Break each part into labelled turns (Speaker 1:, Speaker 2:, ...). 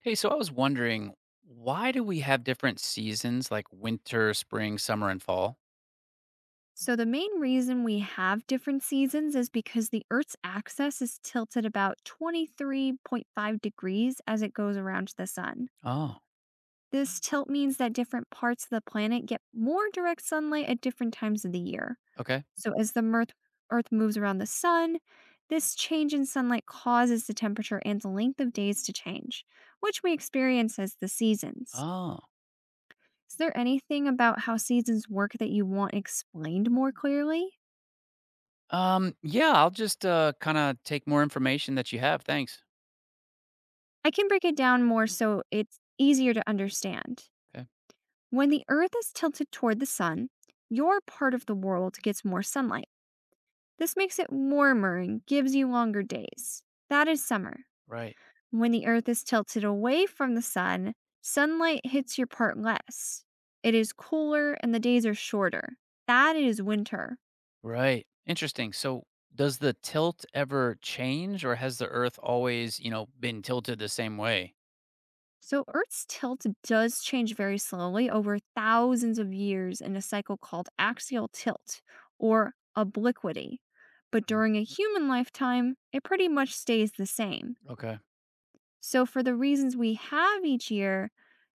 Speaker 1: Hey, so I was wondering, why do we have different seasons like winter, spring, summer, and fall?
Speaker 2: So, the main reason we have different seasons is because the Earth's axis is tilted about 23.5 degrees as it goes around the sun.
Speaker 1: Oh,
Speaker 2: This tilt means that different parts of the planet get more direct sunlight at different times of the year.
Speaker 1: okay.
Speaker 2: So, as Earth moves around the sun, this change in sunlight causes the temperature and the length of days to change, which we experience as the seasons.
Speaker 1: Oh,
Speaker 2: Is there anything about how seasons work that you want explained more clearly?
Speaker 1: yeah, I'll just kind of take more information that you have. Thanks.
Speaker 2: I can break it down more so it's easier to understand.
Speaker 1: Okay.
Speaker 2: When the Earth is tilted toward the sun, your part of the world gets more sunlight. This makes it warmer and gives you longer days. That is summer.
Speaker 1: Right.
Speaker 2: When the Earth is tilted away from the sun, sunlight hits your part less. It is cooler and the days are shorter. That is winter.
Speaker 1: Right. Interesting. So, does the tilt ever change or has the earth always, been tilted the same way?
Speaker 2: So Earth's tilt does change very slowly over thousands of years in a cycle called axial tilt or obliquity. But
Speaker 1: Mm,
Speaker 2: during a human lifetime, it pretty much stays the same.
Speaker 1: okay.
Speaker 2: So for the reasons we have each year,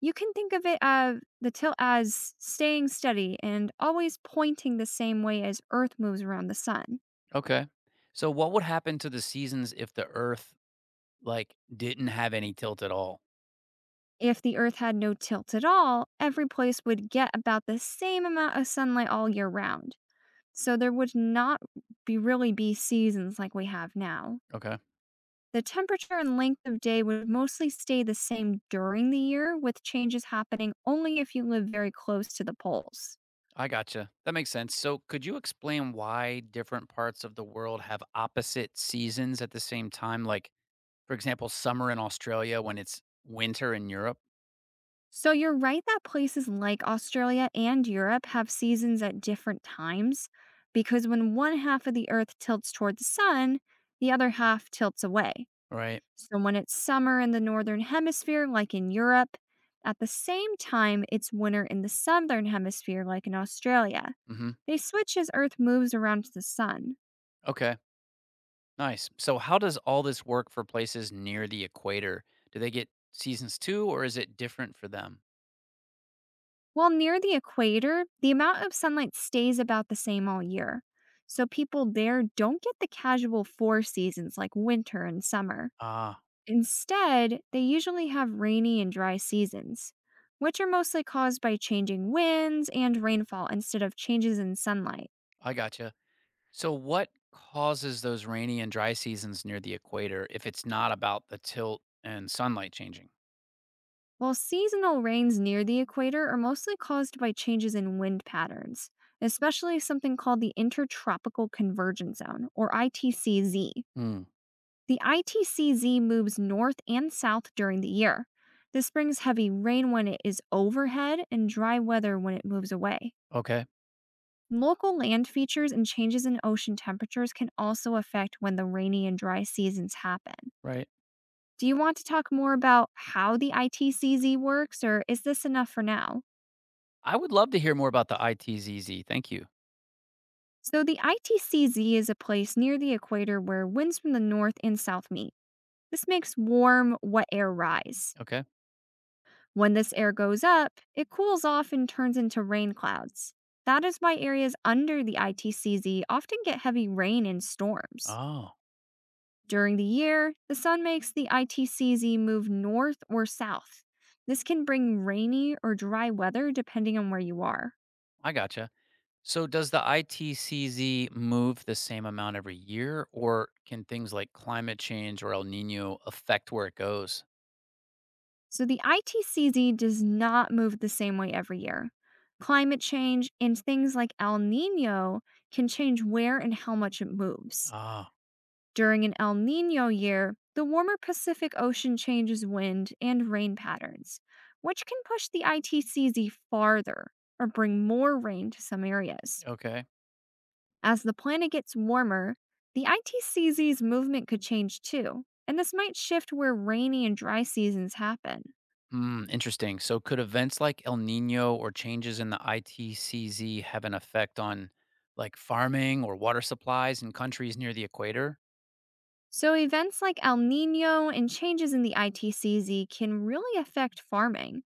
Speaker 2: you can think of it as the tilt as staying steady and always pointing the same way as Earth moves around the sun.
Speaker 1: Okay. So, what would happen to the seasons if the earth like didn't have any tilt at all?
Speaker 2: If the Earth had no tilt at all, every place would get about the same amount of sunlight all year round. So there would not be really be seasons like we have now.
Speaker 1: Okay.
Speaker 2: The temperature and length of day would mostly stay the same during the year, with changes happening only if you live very close to the poles.
Speaker 1: I gotcha. That makes sense. So, could you explain why different parts of the world have opposite seasons at the same time? Like, for example, summer in Australia when it's winter in Europe,
Speaker 2: So you're right that places like Australia and Europe have seasons at different times because when one half of the earth tilts toward the sun, the other half tilts away.
Speaker 1: right?
Speaker 2: So when it's summer in the northern hemisphere, like in Europe, at the same time it's winter in the southern hemisphere, like in Australia.
Speaker 1: Hmm.
Speaker 2: They switch as Earth moves around the sun.
Speaker 1: Okay, nice. So, how does all this work for places near the equator? Do they get seasons too, or is it different for them?
Speaker 2: While near the equator, the amount of sunlight stays about the same all year. So people there don't get the casual four seasons like winter and summer.
Speaker 1: Ah,
Speaker 2: Instead, they usually have rainy and dry seasons, which are mostly caused by changing winds and rainfall instead of changes in sunlight.
Speaker 1: I gotcha. So, what causes those rainy and dry seasons near the equator if it's not about the tilt and sunlight changing?
Speaker 2: While seasonal rains near the equator are mostly caused by changes in wind patterns, especially something called the Intertropical Convergence Zone, or ITCZ.
Speaker 1: Mm,
Speaker 2: The ITCZ moves north and south during the year. This brings heavy rain when it is overhead and dry weather when it moves away.
Speaker 1: okay,
Speaker 2: Local land features and changes in ocean temperatures can also affect when the rainy and dry seasons happen.
Speaker 1: right.
Speaker 2: Do you want to talk more about how the ITCZ works, or is this enough for now?
Speaker 1: I would love to hear more about the ITZZ. Thank you.
Speaker 2: So the ITCZ is a place near the equator where winds from the north and south meet. This makes warm, wet air rise.
Speaker 1: Okay.
Speaker 2: When this air goes up, it cools off and turns into rain clouds. That is why areas under the ITCZ often get heavy rain and storms.
Speaker 1: Oh,
Speaker 2: During the year, the sun makes the ITCZ move north or south. This can bring rainy or dry weather depending on where you are.
Speaker 1: I gotcha. So, does the ITCZ move the same amount every year, or can things like climate change or El Nino affect where it goes?
Speaker 2: So the ITCZ does not move the same way every year. Climate change and things like El Nino can change where and how much it moves.
Speaker 1: Ah,
Speaker 2: During an El Nino year, the warmer Pacific Ocean changes wind and rain patterns, which can push the ITCZ farther or bring more rain to some areas.
Speaker 1: okay.
Speaker 2: As the planet gets warmer, the ITCZ's movement could change too, and this might shift where rainy and dry seasons happen.
Speaker 1: Hmm, interesting. So, could events like El Nino or changes in the ITCZ have an effect on like farming or water supplies in countries near the equator?
Speaker 2: So, events like El Nino and changes in the ITCZ can really affect farming.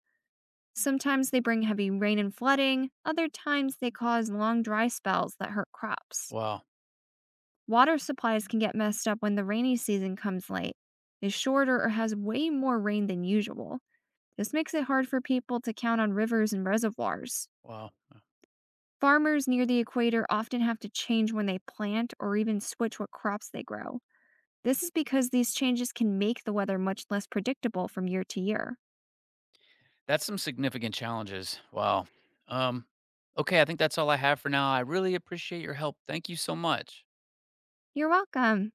Speaker 2: Sometimes they bring heavy rain and flooding, other times, they cause long dry spells that hurt crops.
Speaker 1: Wow.
Speaker 2: Water supplies can get messed up when the rainy season comes late, is shorter, or has way more rain than usual. This makes it hard for people to count on rivers and reservoirs.
Speaker 1: Wow.
Speaker 2: Farmers near the equator often have to change when they plant or even switch what crops they grow. This is because these changes can make the weather much less predictable from year to year.
Speaker 1: That's some significant challenges. Wow. Um, okay, I think that's all I have for now. I really appreciate your help. Thank you so much.
Speaker 2: You're welcome.